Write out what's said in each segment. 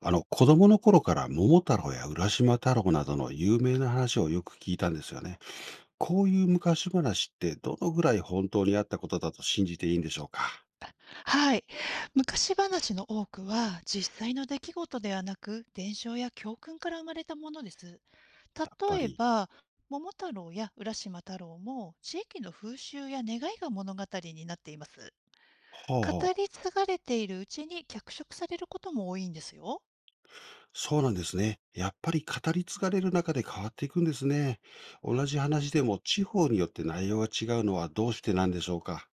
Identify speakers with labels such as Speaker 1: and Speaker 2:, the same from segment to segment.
Speaker 1: 子供の頃から桃太郎や浦島太郎などの有名な話をよく聞いたんですよね。こういう昔話ってどのぐらい本当にあったことだと信じていいんでしょうか？
Speaker 2: はい。昔話の多くは実際の出来事ではなく伝承や教訓から生まれたものです。
Speaker 1: やっぱ
Speaker 2: 例え
Speaker 1: り。
Speaker 2: ば桃太郎や浦島太郎も地域の風習や願いが物語になっています。
Speaker 1: ほう
Speaker 2: 語
Speaker 1: ほ
Speaker 2: り継がれているうちに脚色されることも多いんですよ。
Speaker 1: う。そうなんですね。やっぱり語り継がれる中で変わっていくんですね。同じ話でも地方によって内容が違うのはどうしてなんでしょうか？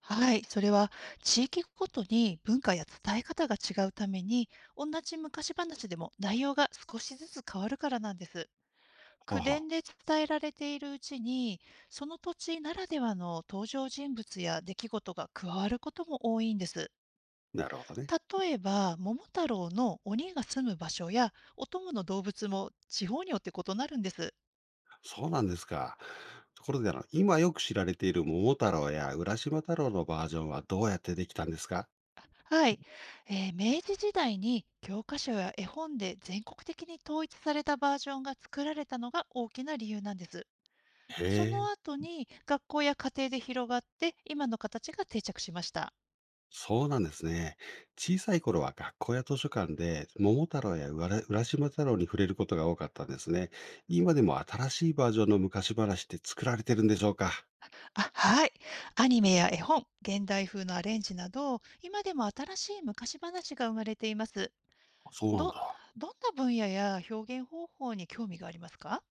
Speaker 2: はい、それは地域ごとに文化や伝え方が違うために、同じ昔話でも内容が少しずつ変わるからなんです。
Speaker 1: ほう
Speaker 2: 口
Speaker 1: ほ
Speaker 2: 伝で伝えられているうちに、その土地ならではの登場人物や出来事が加わることも多いんです。
Speaker 1: う。なるほどね。
Speaker 2: 例えば、桃太郎の鬼が住む場所やお供の動物も地方によって異なるんです。
Speaker 1: そうなんですか。ところで今よく知られている桃太郎や浦島太郎のバージョンはどうやってできたんですか？
Speaker 2: はい、明治時代に教科書や絵本で全国的に統一されたバージョンが作られたのが大きな理由なんです。
Speaker 1: へ
Speaker 2: その
Speaker 1: え。
Speaker 2: 後に学校や家庭で広がって今の形が定着しました。
Speaker 1: そうなんですね。小さい頃は学校や図書館で桃太郎や浦島太郎に触れることが多かったんですね。今でも新しいバージョンの昔話って作られてるんでしょうか？
Speaker 2: あ、はい。アニメや絵本、現代風のアレンジなど、今でも新しい昔話が生まれています。
Speaker 1: そうなん
Speaker 2: ど、
Speaker 1: だ。
Speaker 2: どんな分野や表現方法に興味がありますか？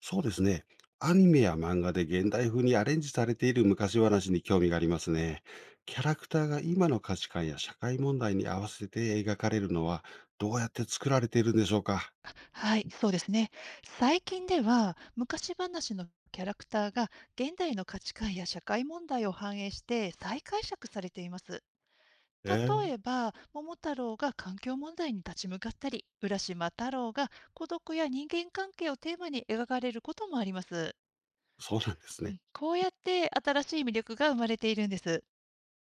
Speaker 1: そうですね。アニメや漫画で現代風にアレンジされている昔話に興味がありますね。キャラクターが今の価値観や社会問題に合わせて描かれるのはどうやって作られているんでしょうか？
Speaker 2: はい、そうですね。最近では昔話のキャラクターが現代の価値観や社会問題を反映して再解釈されています。
Speaker 1: え
Speaker 2: 例え
Speaker 1: え、
Speaker 2: ば、桃太郎が環境問題に立ち向かったり、浦島太郎が孤独や人間関係をテーマに描かれることもあります。
Speaker 1: そうなんですね。
Speaker 2: こうやって新しい魅力が生まれているんです。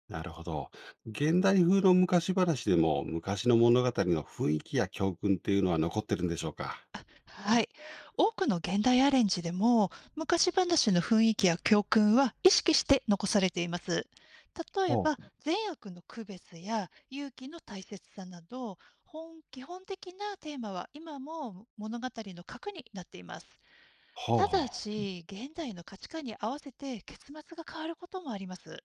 Speaker 1: なるほど。現代風の昔話でも、昔の物語の雰囲気や教訓っていうのは残ってるんでしょうか？
Speaker 2: はい。多くの現代アレンジでも、昔話の雰囲気や教訓は意識して残されています。例え
Speaker 1: ほ
Speaker 2: ば、
Speaker 1: う。
Speaker 2: 善悪の区別や勇気の大切さなど、基本的なテーマは今も物語の核になっています。
Speaker 1: ほう
Speaker 2: た
Speaker 1: ほ
Speaker 2: だ
Speaker 1: う。
Speaker 2: し、現代の価値観に合わせて結末が変わることもあります。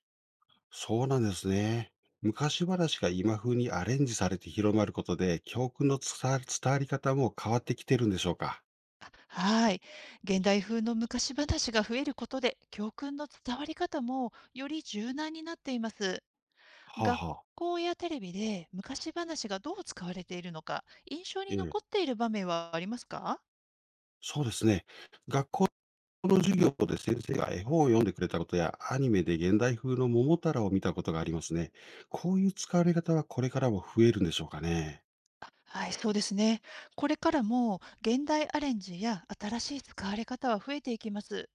Speaker 1: そうなんですね。昔話が今風にアレンジされて広まることで、教訓の伝わり方も変わってきてるんでしょうか？
Speaker 2: はい。現代風の昔話が増えることで、教訓の伝わり方もより柔軟になっています。
Speaker 1: はあ、
Speaker 2: 学
Speaker 1: はあ。
Speaker 2: 校やテレビで昔話がどう使われているのか、印象
Speaker 1: え
Speaker 2: に
Speaker 1: え、
Speaker 2: 残っている場面はありますか？
Speaker 1: そうですね。学校の授業で先生が絵本を読んでくれたことや、アニメで現代風の桃太郎を見たことがありますね。こういう使われ方はこれからも増えるんでしょうかね。
Speaker 2: はい、そうですね。これからも現代アレンジや新しい使われ方は増えていきます。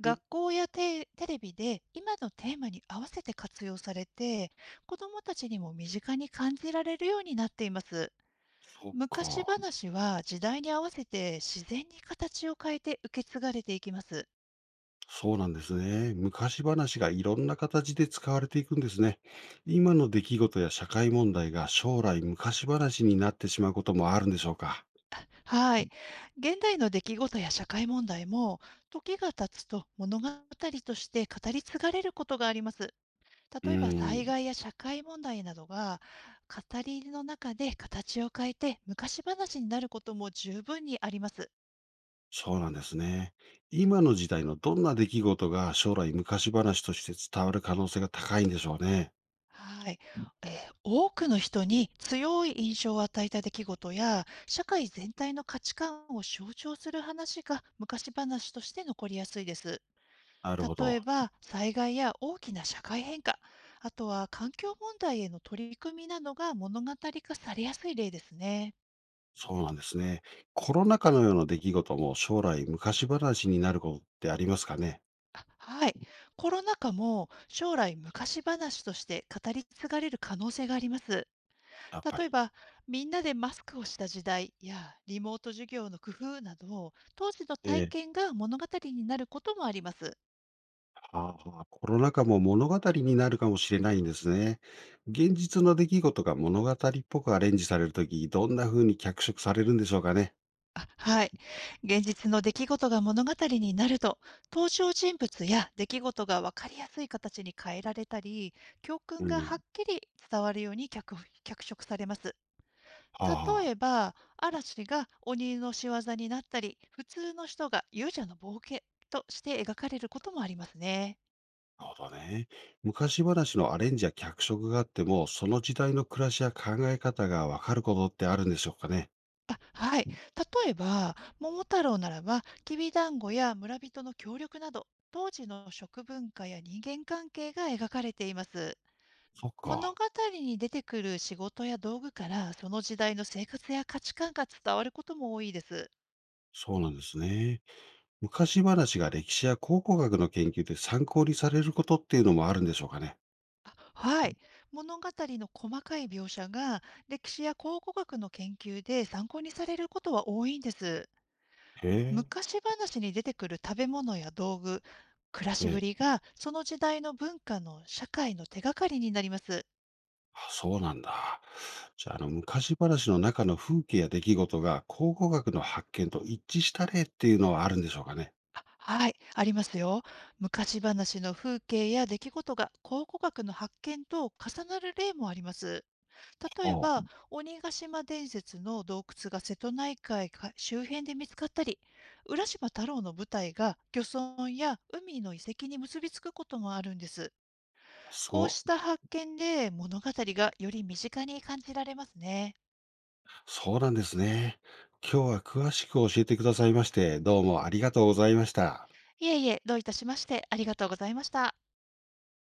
Speaker 2: 学校やテレビで今のテーマに合わせて活用されて、子どもたちにも身近に感じられるようになっています。
Speaker 1: そっ
Speaker 2: 昔
Speaker 1: か。
Speaker 2: 話は時代に合わせて自然に形を変えて受け継がれていきます。
Speaker 1: そうなんですね。昔話がいろんな形で使われていくんですね。今の出来事や社会問題が将来昔話になってしまうこともあるんでしょうか？
Speaker 2: はい。現代の出来事や社会問題も、時が経つと物語として語り継がれることがあります。
Speaker 1: う
Speaker 2: 例えば
Speaker 1: ー
Speaker 2: 災
Speaker 1: ん、
Speaker 2: 害や社会問題などが、語りの中で形を変えて昔話になることも十分にあります。
Speaker 1: そうなんですね。今の時代のどんな出来事が将来昔話として伝わる可能性が高いんでしょうね。
Speaker 2: はい、えー多くの人に強い印象を与えた出来事や、社会全体の価値観を象徴する話が昔話として残りやすいです。
Speaker 1: なるほ
Speaker 2: 例
Speaker 1: ど。
Speaker 2: えば災害や大きな社会変化、あとは環境問題への取り組みなどが物語化されやすい例ですね。
Speaker 1: そうなんですね。コロナ禍のような出来事も将来昔話になることってありますかね？
Speaker 2: あ、はい。コロナ禍も将来昔話として語り継がれる可能性があります。
Speaker 1: やっぱ
Speaker 2: 例え
Speaker 1: り。
Speaker 2: ば、みんなでマスクをした時代やリモート授業の工夫など、当時の体
Speaker 1: ええ、
Speaker 2: 験が物語になることもあります。
Speaker 1: ああ、コロナ禍も物語になるかもしれないんですね。現実の出来事が物語っぽくアレンジされるとき、どんな風に脚色されるんでしょうかね。
Speaker 2: あ、はい。現実の出来事が物語になると、登場人物や出来事が分かりやすい形に変えられたり、教
Speaker 1: う
Speaker 2: 訓がはっ
Speaker 1: ん、
Speaker 2: きり伝わるように脚色されます。
Speaker 1: はあ、
Speaker 2: 例
Speaker 1: あ、
Speaker 2: えば、嵐が鬼の仕業になったり、普通の人が勇者の冒険として描かれることもありますね。
Speaker 1: なるほどね。昔話のアレンジや脚色があっても、その時代の暮らしや考え方がわかることってあるんでしょうかね。
Speaker 2: あ、はい。例えば、桃太郎ならば、きびだんごや村人の協力など、当時の食文化や人間関係が描かれています。
Speaker 1: そっ
Speaker 2: 物
Speaker 1: か。
Speaker 2: 語に出てくる仕事や道具から、その時代の生活や価値観が伝わることも多いです。
Speaker 1: そうなんですね。昔話が歴史や考古学の研究で参考にされることっていうのもあるんでしょうかね。
Speaker 2: あ、はい。物語の細かい描写が、歴史や考古学の研究で参考にされることは多いんです。
Speaker 1: へえ。
Speaker 2: 昔話に出てくる食べ物や道具、暮らしぶ
Speaker 1: ええ、
Speaker 2: りが、その時代の文化の社会の手がかりになります。
Speaker 1: あ、そうなんだ。じゃあ、昔話の中の風景や出来事が考古学の発見と一致した例っていうのはあるんでしょうかね。
Speaker 2: あ、はい、ありますよ。昔話の風景や出来事が考古学の発見と重なる例もあります。例え
Speaker 1: おう、
Speaker 2: ば、鬼ヶ島伝説の洞窟が瀬戸内海か周辺で見つかったり、浦島太郎の舞台が漁村や海の遺跡に結びつくこともあるんです。
Speaker 1: す
Speaker 2: こう
Speaker 1: ご
Speaker 2: し
Speaker 1: い。
Speaker 2: た発見で物語がより身近に感じられますね。
Speaker 1: そうなんですね。今日は詳しく教えてくださいまして、どうもありがとうございました。
Speaker 2: いえいえ、どういたしまして、ありがとうございました。